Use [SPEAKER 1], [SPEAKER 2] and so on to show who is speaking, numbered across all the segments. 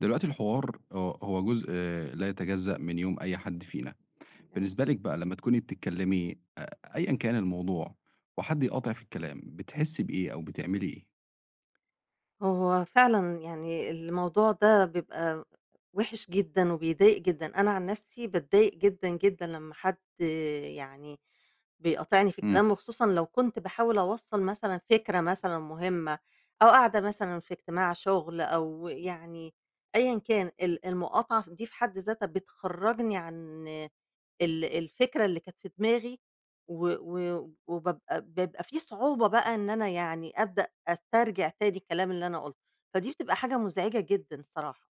[SPEAKER 1] دلوقتي الحوار هو جزء لا يتجزأ من يوم أي حد فينا،
[SPEAKER 2] تمام.
[SPEAKER 1] بالنسبة لِك بقى لمّا تكوني بتتكلمي أيًا كان الموضوع وحد يقاطع في الكلام، بتحسي بإيه أو بتعملي إيه؟
[SPEAKER 2] هو فعلًا يعني الموضوع ده بيبقى وِحِش جدًا وبيضايق جدًا، أنا عن نَفْسي باتضايق جدًا، جدًا لمّا حد يعني بيقاطعني في
[SPEAKER 1] إمم،
[SPEAKER 2] الكلام، وخصوصًا لو كنت باحاول أوصّل مثلًا فكرة مثلًا مهمة، أو قاعدة مثلًا في اجتماع شُغل أو يعني أيًا كان، المقاطعة دي في حد ذاتها بتخرّجني عن الفكرة اللي كانت في دماغي، و و وبابقى بيبقى في صعوبة بقى إن أنا يعني أبدأ أسترجع تاني الكلام اللي أنا قُلته، فدي بتبقى حاجة مزعجة جدًا الصراحة.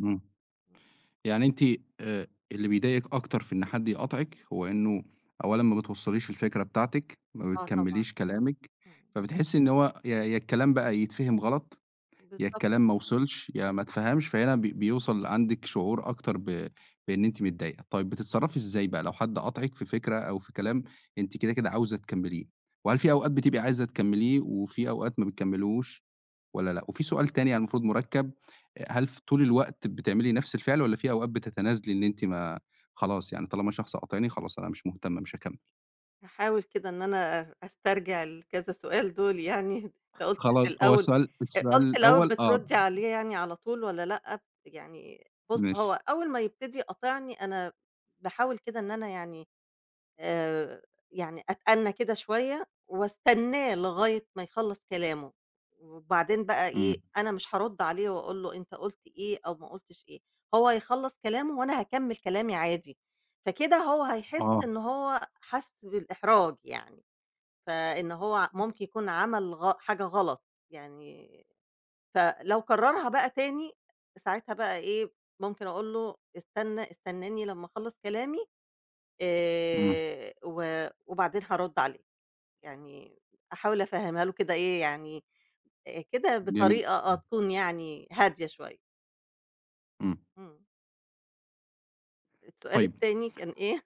[SPEAKER 1] إمم،
[SPEAKER 2] إمم.
[SPEAKER 1] يعني أنتِ اللي بيضايقِك أكتر في إن حد يقاطعِك هو إنه أولًا ما بتوصّليش الفكرة بتاعتِك، ما
[SPEAKER 2] آه طبعًا.
[SPEAKER 1] بتكمّليش كلامِك،
[SPEAKER 2] إمم.
[SPEAKER 1] فبتحسي إن هو يا الكلام بقى يتفهم غلط يا
[SPEAKER 2] بالضبط.
[SPEAKER 1] الكلام ما وصلش، يا ما اتفهمش، فهنا بيوصل عندِك شعور أكتر بإن أنتِ متضايقة. طيب بتتصرّفي إزاي بقى لو حد قاطعِك في فكرة أو في كلام أنتِ كده عاوزة تكمّليه؟ وهل في أوقات بتبقي عايزة تكمّليه وفي أوقات ما بتكمّليهوش والّا لأ؟ وفي سؤال تاني المفروض مُركّب، هل ف طول الوقت بتعملي نفس الفعل والّا في أوقات بتتنازلي إن أنتِ ما خلاص يعني طالما شخص قاطعني خلاص أنا مش مهتمة، مش هاكمّل؟
[SPEAKER 2] هاحاول كده إن أنا أسترجع الكذا سؤال دول يعني أنت قُلت في
[SPEAKER 1] خلاص هو
[SPEAKER 2] الأول،
[SPEAKER 1] السؤال السؤال
[SPEAKER 2] قُلت الأول
[SPEAKER 1] الأول آه،
[SPEAKER 2] بتردّي عليه يعني على طول والّا لأ؟ يعني بُص،
[SPEAKER 1] ماشي.
[SPEAKER 2] هو أول ما يبتدي يقاطعني أنا باحاول كده إن أنا يعني آآ يعني أتأنّى كده شوية واستناه لغاية ما يخلّص كلامه، وبعدين بقى إيه،
[SPEAKER 1] إمم.
[SPEAKER 2] أنا مش هارُدّ عليه وأقول له أنت قُلت إيه أو ما قُلتش إيه، هو هيخلّص كلامه وأنا هاكمّل كلامي عادي، فكده هو هيحس
[SPEAKER 1] آه.
[SPEAKER 2] إن هو حَس بالإحراج يعني، فإن هو ممكن يكون عمل حاجة غلط يعني، فلو كرّرها بقى تاني ساعتها بقى إيه، ممكن أقول له استنى استناني لمّا أخلّص كلامي،
[SPEAKER 1] إمم.
[SPEAKER 2] و وبعدين هارُد عليه، يعني أحاول أفهّمها له كده إيه يعني كده
[SPEAKER 1] جميل.
[SPEAKER 2] بطريقة تكون يعني هادية شوية.
[SPEAKER 1] إمم.
[SPEAKER 2] إمم. السؤال
[SPEAKER 1] طيب
[SPEAKER 2] التاني كان إيه؟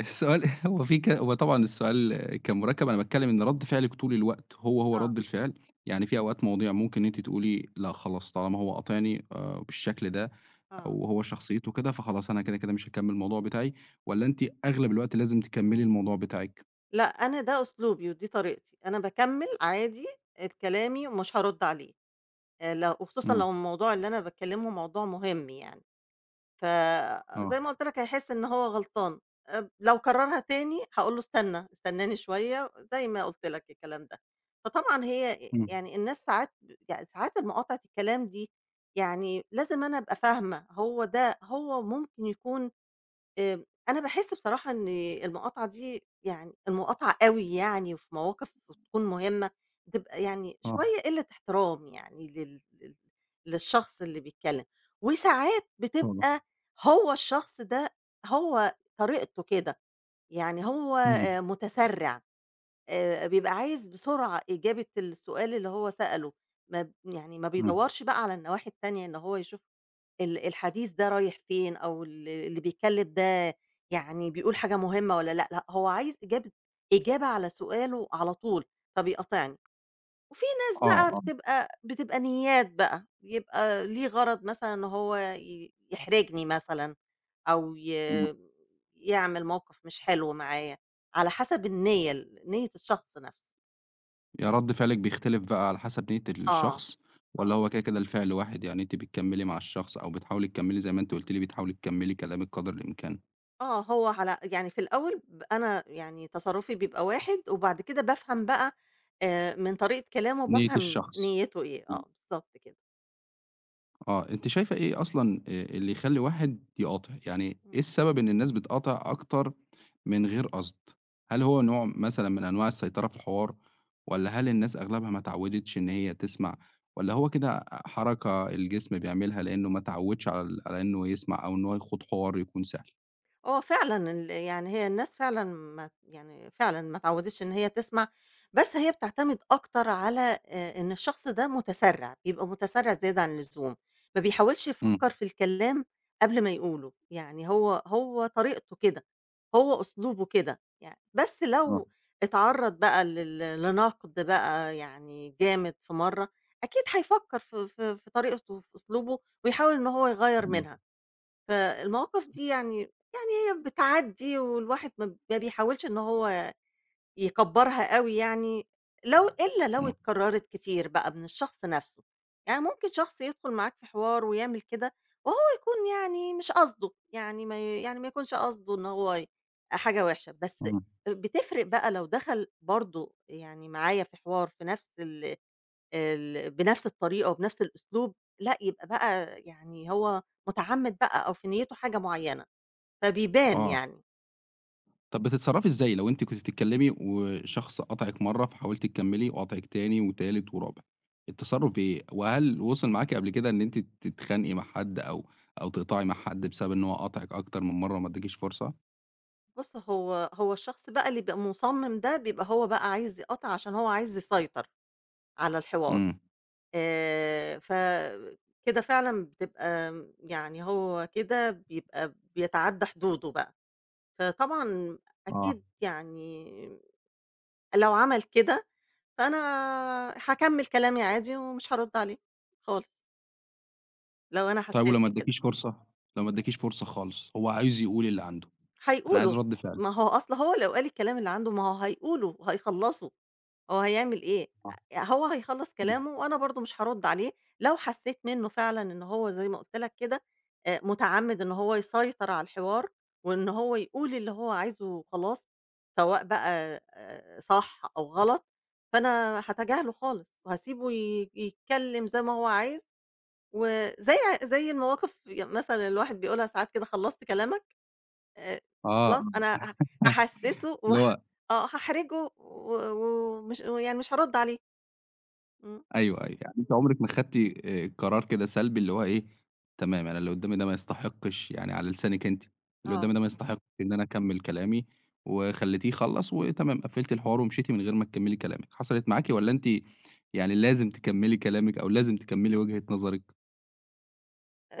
[SPEAKER 1] السؤال هو في ك هو طبعًا السؤال كان مُركّب، أنا باتكلّم إن رَد فعلِك طول الوقت هو
[SPEAKER 2] آه،
[SPEAKER 1] رَد الفعل، يعني في أوقات مواضيع ممكن أنتِ تقولي لأ خلاص طالما هو قاطعني بالشكل ده
[SPEAKER 2] آه.
[SPEAKER 1] أو هو شخصيته كده، فخلاص أنا كده مش هاكمّل الموضوع بتاعي، والّا أنتِ أغلب الوقت لازم تكمّلي الموضوع بتاعِك؟
[SPEAKER 2] لأ، أنا ده أسلوبي ودي طريقتي، أنا باكمّل عادي كلامي ومش هارُد عليه، لو وخصوصًا
[SPEAKER 1] إمم،
[SPEAKER 2] لو الموضوع اللي أنا باتكلّمه موضوع مهم يعني.
[SPEAKER 1] آه،
[SPEAKER 2] فزي ما قُلت لك هيحس إن هو غلطان، لو كررها تاني هاقول له استنى، استناني شوية زي ما قُلت لك الكلام ده. فطبعًا هي
[SPEAKER 1] إمم،
[SPEAKER 2] يعني الناس ساعات المقاطعة الكلام دي يعني لازم أنا أبقى فاهمة هو ده هو ممكن يكون، أنا باحس بصراحة إن المقاطعة دي يعني المقاطعة أوي يعني وفي مواقف تكون مهمة، بتبقى يعني
[SPEAKER 1] آه،
[SPEAKER 2] شوية قِلّة احترام يعني لل لل للشخص اللي بيتكلّم، وساعات
[SPEAKER 1] طبعًا،
[SPEAKER 2] بتبقى هو الشخص ده هو طريقته كده، يعني هو
[SPEAKER 1] إمم،
[SPEAKER 2] متسرّع، بيبقى عايز بسرعة إجابة السؤال اللي هو سأله، ما ب يعني ما
[SPEAKER 1] إمم،
[SPEAKER 2] بيدوّرش بقى على النواحي التانية إن هو يشوف الحديث ده رايح فين، أو اللي بيتكلم ده يعني بيقول حاجة مهمة والّا لأ، لأ هو عايز إجابة على سؤاله على طول، فبيقاطعني. وفي ناس
[SPEAKER 1] آه،
[SPEAKER 2] بقى
[SPEAKER 1] آه،
[SPEAKER 2] بتبقى نيّات بقى، بيبقى ليه غرض مثلًا إن هو يحرجني مثلًا، أو
[SPEAKER 1] إمم.
[SPEAKER 2] يعمل موقف مش حلو معايا، على حسب النيّة نيّة الشخص نفسه.
[SPEAKER 1] يا رد فعلِك بيختلف بقى على حسب نية
[SPEAKER 2] آه،
[SPEAKER 1] الشخص،
[SPEAKER 2] آه.
[SPEAKER 1] والّا هو كده الفعل واحد؟ يعني أنتِ بتكمّلي مع الشخص أو بتحاولي تكمّلي زي ما أنتِ قُلتِ لي بتحاولي تكمّلي كلامِك قدر الإمكان،
[SPEAKER 2] آه، هو على يعني في الأول أنا يعني تصرُّفي بيبقى واحد، وبعد كده بافهم بقى من طريقة كلامه
[SPEAKER 1] نية
[SPEAKER 2] بافهم
[SPEAKER 1] الشخص.
[SPEAKER 2] نيّته إيه،
[SPEAKER 1] إمم.
[SPEAKER 2] آه بالضبط كده.
[SPEAKER 1] آه، أنتِ شايفة إيه أصلًا اللي يخلّي واحد يقاطع؟ يعني إيه
[SPEAKER 2] إمم.
[SPEAKER 1] السبب إن الناس بتقاطع أكتر من غير قصد؟ هل هو نوع مثلًا من أنواع السيطرة في الحوار، والّا هل الناس أغلبها ما اتعوّدتش إن هي تسمع، والّا هو كده حركة الجسم بيعملها لإنه ما اتعوّدش على ال على إنه يسمع أو إن هو يخوض حوار يكون سهل؟
[SPEAKER 2] هو فعلًا يعني هي الناس فعلًا ما يعني فعلًا ما اتعوّدتش إن هي تسمع، بس هي بتعتمد أكتر على إن الشخص ده متسرّع، بيبقى متسرّع زيادة عن اللزوم، ما بيحاولش
[SPEAKER 1] إمم،
[SPEAKER 2] يفكّر في الكلام قبل ما يقوله، يعني هو طريقته كده، هو أسلوبه كده يعني، بس
[SPEAKER 1] آه،
[SPEAKER 2] لو اتعرّض بقى لنقد بقى يعني جامد في مرّة، أكيد هيفكّر في طريقته وفي أسلوبه ويحاول إن هو يغيّر
[SPEAKER 1] إمم،
[SPEAKER 2] منها، فالمواقف دي يعني هي بتعدّي، والواحد ما بيحاولش إن هو يكبّرها أوي يعني، إلا لو
[SPEAKER 1] إمم،
[SPEAKER 2] اتكرّرت كتير بقى من الشخص نَفْسه، يعني ممكن شخص يدخُل معاك في حوار ويعمل كده وهو يكون يعني مش قصده، يعني ما ي يعني ما يكونش قصده إن هو حاجة وِحشة، بس
[SPEAKER 1] إمم،
[SPEAKER 2] بتفرق بقى لو دخل برضه يعني معايا في حوار في نَفْس ال ال بنَفْس الطريقة وبنَفْس الأسلوب، لأ يبقى بقى يعني هو مُتعمِّد بقى أو في نيّته حاجة معيّنة، فبيبان
[SPEAKER 1] آه،
[SPEAKER 2] يعني.
[SPEAKER 1] طب بتتصرّفي إزاي لو أنتِ كنتِ بتتكلّمي وشخص قاطعِك مرّة فحاولتِ تكمّلي وقاطعِك تاني وتالت ورابع، التصرُّف إيه؟ وهل وصل معاكِ قبل كده إن أنتِ تتخانقي مع حد أو أو تقطعي مع حد بسبب إن هو قاطعِك أكتر من مرّة وما ادّاكيش فرصة؟
[SPEAKER 2] بُص، هو الشخص بقى اللي بيبقى مُصمِّم ده، بيبقى هو بقى عايز يقاطع عشان هو عايز يسيطر على الحوار،
[SPEAKER 1] إمم،
[SPEAKER 2] فكده فعلًا بتبقى يعني هو كده بيتعدّى حدوده بقى، فطبعًا
[SPEAKER 1] آه،
[SPEAKER 2] أكيد يعني لو عمل كده، فأنا هاكمّل كلامي عادي ومش هارُدّ عليه خالص، لو أنا
[SPEAKER 1] طيب
[SPEAKER 2] حسّيت
[SPEAKER 1] ولو ما
[SPEAKER 2] بكده،
[SPEAKER 1] ادّاكيش فرصة؟ لو ما ادّاكيش فرصة خالص، هو عايز يقول اللي عنده، أنا عايز
[SPEAKER 2] هيقولوا،
[SPEAKER 1] رَد فعل.
[SPEAKER 2] ما هو أصل هو لو قال الكلام اللي عنده، ما هو هيقولوا وهيخلّصوا. هو هيعمل إيه؟
[SPEAKER 1] آه،
[SPEAKER 2] هو هيخلّص
[SPEAKER 1] إمم،
[SPEAKER 2] كلامه وأنا برضه مش هارُد عليه، لو حسّيت منّه فعلًا إن هو زي ما قُلت لك كده مُتعمِّد إن هو يسيطر على الحوار وإن هو يقول اللي هو عايزه وخلاص، سواء بقى صح أو غلط، فأنا هاتجاهله خالص وهاسيبه يتكلّم زي ما هو عايز، وزي زي المواقف مثلًا الواحد بيقولها ساعات كده خلّصت كلامك؟ آآ
[SPEAKER 1] آه،
[SPEAKER 2] خلاص أنا
[SPEAKER 1] آه،
[SPEAKER 2] هاحسّسه
[SPEAKER 1] اللي هو
[SPEAKER 2] آه، هاحرجه و ومش ويعني مش هارُد عليه. إمم،
[SPEAKER 1] أيوه، أيوه. يعني أنتِ
[SPEAKER 2] إمم،
[SPEAKER 1] عمرِك ما خدتِ قرار كده سلبي اللي هو إيه، تمام أنا اللي قدّامي ده ما يستحقش يعني على لسانِك أنتِ، اللي
[SPEAKER 2] آه.
[SPEAKER 1] قدّامي ده ما يستحقش إن أنا أكمّل كلامي وخلّيتيه يخلّص وتمام، قفّلتِ الحوار ومشيتِ من غير ما تكمّلي كلامِك، حصلت معاكِ والّا أنتِ يعني لازم تكمّلي كلامِك أو لازم تكمّلي وجهة نظرِك؟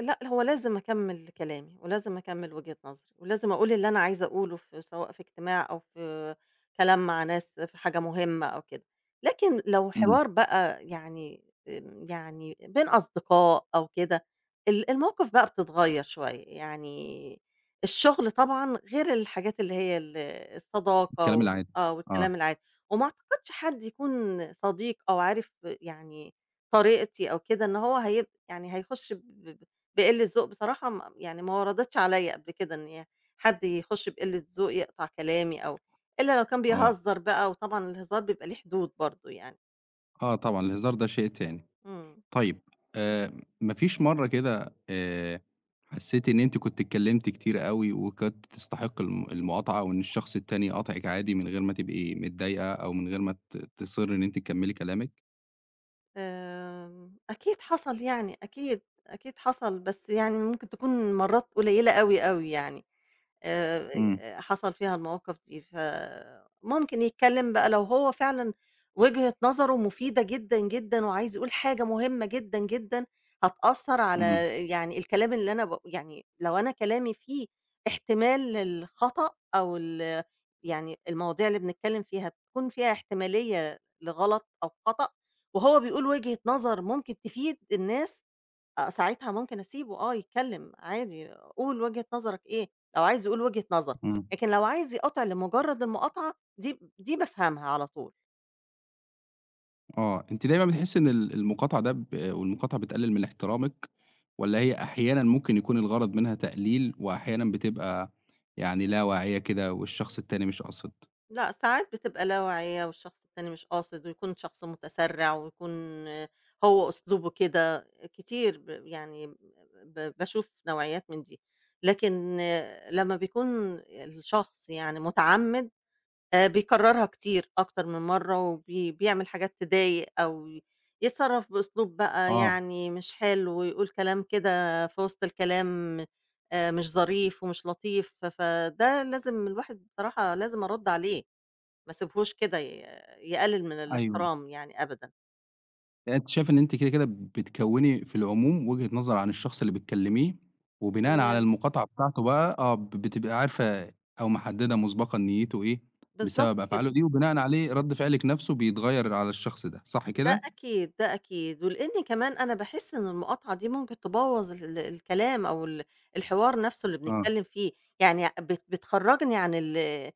[SPEAKER 2] لأ، هو لازم أكمّل كلامي، ولازم أكمّل وجهة نظري، ولازم أقول اللي أنا عايزة أقوله في سواء في اجتماع أو في كلام مع ناس في حاجة مهمة أو كده، لكن لو
[SPEAKER 1] إمم.
[SPEAKER 2] حوار بقى يعني يعني بين أصدقاء أو كده، المواقف بقى بتتغيّر شوية، يعني الشغل طبعًا غير الحاجات اللي هي الصداقة
[SPEAKER 1] الكلام العادي.
[SPEAKER 2] آه، والكلام
[SPEAKER 1] آه،
[SPEAKER 2] العادي، وما أعتقدش حد يكون صديق أو عارف يعني طريقتي أو كده إن هو يعني هيخش بقِلّة ذوق بصراحة، يعني ما وردتش عليّا قبل كده إن حد يخُش بقِلّة ذوق يقطع كلامي، أو إلا لو كان
[SPEAKER 1] آه.
[SPEAKER 2] بيهزّر بقى وطبعًا الهزار بيبقى ليه حدود برضه يعني.
[SPEAKER 1] آه طبعًا، الهزار ده شيء تاني.
[SPEAKER 2] إمم.
[SPEAKER 1] طيب آآ ما فيش مرّة كده حسّيتِ إن أنتِ كنتِ اتكلّمتِ كتير أوي وكانت تستحق الم المقاطعة وإن الشخص التاني قاطعِك عادي من غير ما تبقي متضايقة أو من غير ما ت تصرّي إن أنتِ تكمّلي كلامِك؟
[SPEAKER 2] أكيد حصل يعني، أكيد، أكيد حصل، بس يعني ممكن تكون مرّات قليّلة أوي، أوي يعني.
[SPEAKER 1] إمم،
[SPEAKER 2] حصل فيها المواقف دي، فممكن يتكلم بقى لو هو فعلًا وجهة نظره مفيدة جدًا، جدًا وعايز يقول حاجة مهمة جدًا، جدًا هتأثّر على
[SPEAKER 1] إمم،
[SPEAKER 2] يعني الكلام اللي أنا يعني لو أنا كلامي فيه احتمال للخطأ أو يعني المواضيع اللي بنتكلم فيها بتكون فيها احتمالية لغلط أو خطأ، وهو بيقول وجهة نظر ممكن تفيد الناس، آه، ساعتها ممكن أسيبه يتكلّم عادي، قُل وجهة نظرك إيه، لو عايز يقول وجهة نظر،
[SPEAKER 1] إمم.
[SPEAKER 2] لكن لو عايز يقاطع لمجرّد المقاطعة دي بافهمها على طول.
[SPEAKER 1] آه. أنتِ دايمًا بتحسّي إن ال المقاطعة ده ب والمقاطعة بتقلِّل من احترامِك والّا هي أحيانًا ممكن يكون الغرض منها تقليل وأحيانًا بتبقى يعني لا واعية كده والشخص التاني مش قاصد؟
[SPEAKER 2] لأ، ساعات بتبقى لا واعية والشخص التاني مش قاصد، ويكون شخص متسرّع ويكون آه، هو أسلوبه كده، كتير يعني باشوف نوعيات من دي. لكن آه، لمّا بيكون الشخص يعني متعمِّد بيكرّرها كتير أكتر من مرّة، بيعمل حاجات تضايق، أو يتصرّف بأسلوب بقى
[SPEAKER 1] آه.
[SPEAKER 2] يعني مش حلو، ويقول كلام كده في وسط الكلام مش ظريف ومش لطيف، فده لازم الواحد بصراحة لازم أرُد عليه، ما اسيبهوش كده يقلل من
[SPEAKER 1] أيوه.
[SPEAKER 2] الاحترام يعني أبدًا.
[SPEAKER 1] يعني أنتِ شايفة إن أنتِ كده بتكوّني في العموم وجهة نظر عن الشخص اللي بتكلميه، وبناءً على
[SPEAKER 2] تمام،
[SPEAKER 1] المقاطعة بتاعته بقى آه، ب بتبقى عارفة أو محددة مسبقًا نيته إيه بسبب
[SPEAKER 2] بالضبط كده.
[SPEAKER 1] أفعاله دي، وبناءً عليه رد فعلِك نفسه بيتغيّر على الشخص ده، صح
[SPEAKER 2] ده
[SPEAKER 1] كده؟
[SPEAKER 2] أكيد، ده أكيد، ولإن كمان أنا باحس إن المقاطعة دي ممكن تبوّظ الكلام أو الحوار نفسه اللي
[SPEAKER 1] آه،
[SPEAKER 2] بنتكلم فيه، يعني بتخرّجني عن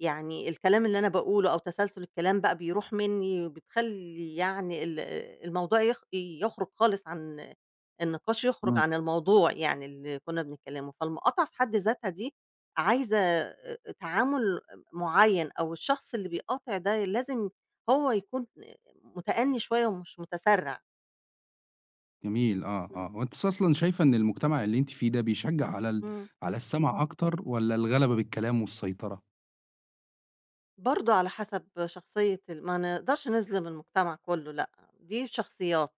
[SPEAKER 2] يعني الكلام اللي أنا باقوله، أو تسلسل الكلام بقى بيروح منّي، وبتخلّي يعني الموضوع يخرج خالص عن النقاش، يخرج
[SPEAKER 1] إمم،
[SPEAKER 2] عن الموضوع يعني اللي كنا بنتكلمه، فالمقاطعة في حد ذاتها دي عايزة تعامل معيّن، أو الشخص اللي بيقاطع ده لازم هو يكون متأنّي شوية ومش متسرّع.
[SPEAKER 1] جميل آه، آه،
[SPEAKER 2] إمم.
[SPEAKER 1] هو أنتِ أصلًا شايفة إن المجتمع اللي أنتِ فيه ده بيشجع على ال
[SPEAKER 2] إمم.
[SPEAKER 1] على السمع أكتر والّا الغلبة بالكلام والسيطرة؟
[SPEAKER 2] برضه على حسب شخصية ما نقدرش نظلم المجتمع كُلّه، لأ، دي شخصيات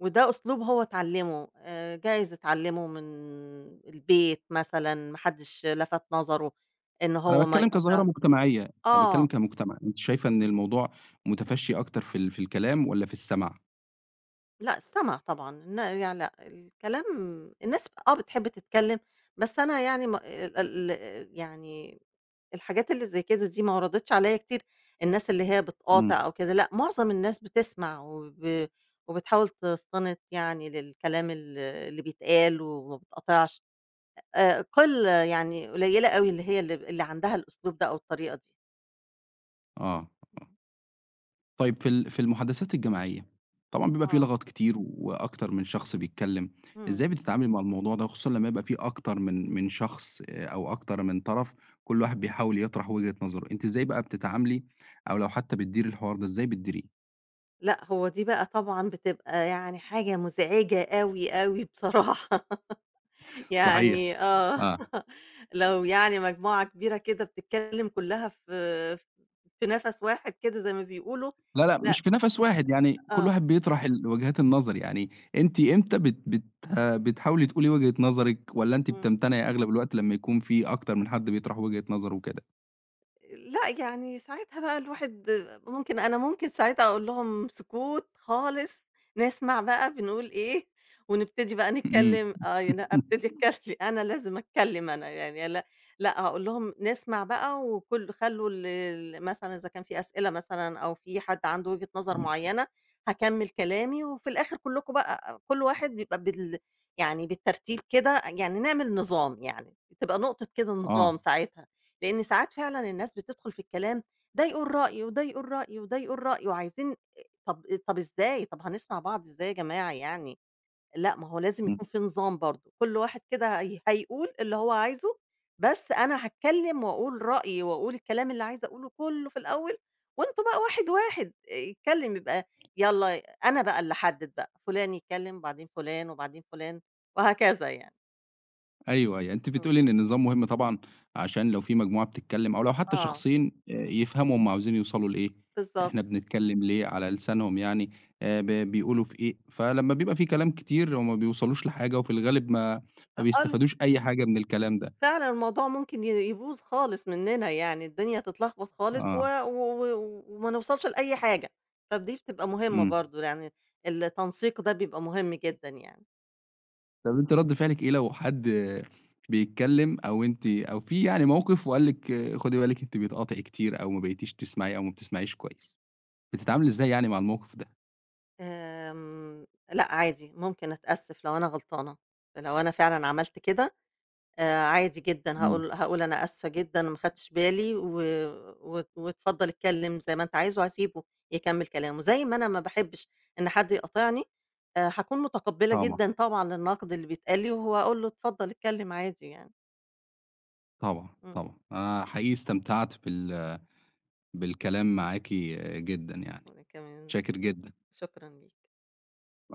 [SPEAKER 2] وده أسلوب هو اتعلّمه، جايز اتعلّمه من البيت مثلًا، ما حدّش لَفَت نظره إن
[SPEAKER 1] أنا
[SPEAKER 2] هو ما
[SPEAKER 1] باتكلم كظاهرة
[SPEAKER 2] يقطع.
[SPEAKER 1] مجتمعية، أنا باتكلم
[SPEAKER 2] آه.
[SPEAKER 1] كمجتمع، أنتِ شايفة إن الموضوع متفشي أكتر في ال في الكلام والّا في السمع؟
[SPEAKER 2] لأ السَمَع طبعًا، إن يعني لأ، الكلام، الناس بتحب تتكلّم، بس أنا يعني ما ال ال يعني الحاجات اللي زي كده دي ما وردتش عليَّ كتير، الناس اللي هي
[SPEAKER 1] إمم.
[SPEAKER 2] بتقاطع أو كده، لأ معظم الناس بتسمع، وبتحاول تستند يعني للكلام اللي بيتقال وما بتقاطعش، قلة يعني قليلة أوي اللي هي اللي عندها الأسلوب ده أو الطريقة دي.
[SPEAKER 1] آه. طيب في ال في المحادثات الجماعية، طبعًا بيبقى في
[SPEAKER 2] آه،
[SPEAKER 1] لغط كتير وأكتر من شخص بيتكلّم،
[SPEAKER 2] إمم.
[SPEAKER 1] إزاي بتتعاملي مع الموضوع ده خصوصًا لمّا يبقى في أكتر من شخص أو أكتر من طرف كل واحد بيحاول يطرح وجهة نظره، أنتِ إزاي بقى بتتعاملي أو لو حتى بتديري الحوار ده إزاي بتديريه؟
[SPEAKER 2] لأ هو دي بقى طبعًا بتبقى يعني حاجة مزعجة أوي، أوي بصراحة.
[SPEAKER 1] صحيح،
[SPEAKER 2] يعني آه،
[SPEAKER 1] آه.
[SPEAKER 2] لو يعني مجموعة كبيرة كده بتتكلّم كُلّها في نَفَس واحد كده زي ما بيقولوا،
[SPEAKER 1] لا، لأ
[SPEAKER 2] لأ.
[SPEAKER 1] مش في نَفَس واحد، يعني كل
[SPEAKER 2] آه،
[SPEAKER 1] واحد بيطرح ال وجهات النظر، يعني أنتِ إمتى بت بت آه، بتحاولي تقولي وجهة نظرِك والّا أنتِ
[SPEAKER 2] إمم.
[SPEAKER 1] بتمتنعي أغلب الوقت لمّا يكون في أكتر من حد بيطرح وجهة نظره وكده؟
[SPEAKER 2] لأ، يعني ساعتها بقى الواحد ممكن ساعتها أقول لهم سكوت خالص، نسمع بقى بنقول إيه، ونبتدي بقى
[SPEAKER 1] إمم.
[SPEAKER 2] نتكلم، لأ أبتدي أتكلم أنا لازم أتكلم أنا يعني لأ. لأ، هاقول لهم نسمع بقى، خلّوا ال ال مثلًا إذا كان في أسئلة مثلًا أو في حد عنده وجهة نظر معيّنة، هاكمّل كلامي، وفي الآخر كلّكم بقى كل واحد بيبقى يعني بالترتيب كده يعني نعمل نظام يعني، بتبقى نقطة كده
[SPEAKER 1] آه.
[SPEAKER 2] نظام ساعتها. لإن ساعات فعلًا الناس بتدخل في الكلام، ده يقول رأيه، وده يقول رأيه، وده يقول رأيه، وعايزين، طب إزاي؟ طب هنسمع بعض إزاي يا جماعة يعني؟ لأ، ما هو لازم
[SPEAKER 1] إمم.
[SPEAKER 2] يكون في نظام برضه، كل واحد كده هيقول اللي هو عايزه، بس أنا هاتكلم وأقول رأيي، وأقول الكلام اللي عايزة أقوله كله في الأول، وأنتم بقى واحد، واحد يتكلم يبقى يالّا، أنا بقى اللي أحدد بقى، فلان يتكلم، وبعدين فلان، وبعدين فلان، وهكذا يعني.
[SPEAKER 1] أيوه، أيوه. أنتِ
[SPEAKER 2] إمم،
[SPEAKER 1] بتقولي إن النظام مهم طبعًا عشان لو في مجموعة بتتكلّم أو لو حتّى
[SPEAKER 2] آه،
[SPEAKER 1] شخصين يفهموا هم عاوزين يوصلوا لإيه،
[SPEAKER 2] بالضبط.
[SPEAKER 1] إحنا بنتكلّم ليه، على لسانهم يعني ب بيقولوا في إيه، فلمّا بيبقى في كلام كتير هم ما بيوصلوش لحاجة وفي الغالب ما
[SPEAKER 2] آه،
[SPEAKER 1] ما بيستفادوش أي حاجة من الكلام ده.
[SPEAKER 2] فعلًا الموضوع ممكن يبوظ خالص مننا يعني، الدنيا تتلخبط خالص و
[SPEAKER 1] آه.
[SPEAKER 2] و و وما نوصلش لأي حاجة، فدي بتبقى مهمة
[SPEAKER 1] إمم.
[SPEAKER 2] برضه يعني التنسيق ده بيبقى مهم جدًا يعني.
[SPEAKER 1] طب أنتِ رَد فعلِك إيه لو حد بيتكلّم أو أنتِ أو في يعني موقف وقال لِك خُدي بالِك أنتِ بتقاطعي كتير أو ما بقيتيش تسمعي أو ما بتسمعيش كويس؟ بتتعاملي إزاي يعني مع الموقف ده؟
[SPEAKER 2] آمم، لأ عادي ممكن أتأسف لو أنا غلطانة، لو أنا فعلًا عملت كده عادي جدًا،
[SPEAKER 1] إمم،
[SPEAKER 2] هاقول أنا آسفة جدًا ما خدتش بالي، و وات واتفضل اتكلم زي ما أنت عايز، وهاسيبه يكمّل كلامه، زي ما أنا ما باحبش إن حد يقاطعني، هاكون متقبّلة
[SPEAKER 1] طبعًا.
[SPEAKER 2] جدًا طبعًا للنقد اللي بيتقال لي، وهاقول له اتفضل اتكلم عادي يعني.
[SPEAKER 1] طبعًا، طبعًا.
[SPEAKER 2] إمم،
[SPEAKER 1] أنا حقيقي استمتعت بال بالكلام معاكِ جدًا يعني،
[SPEAKER 2] وأنا كمان
[SPEAKER 1] متشكر جدًا.
[SPEAKER 2] شكرًا ليك.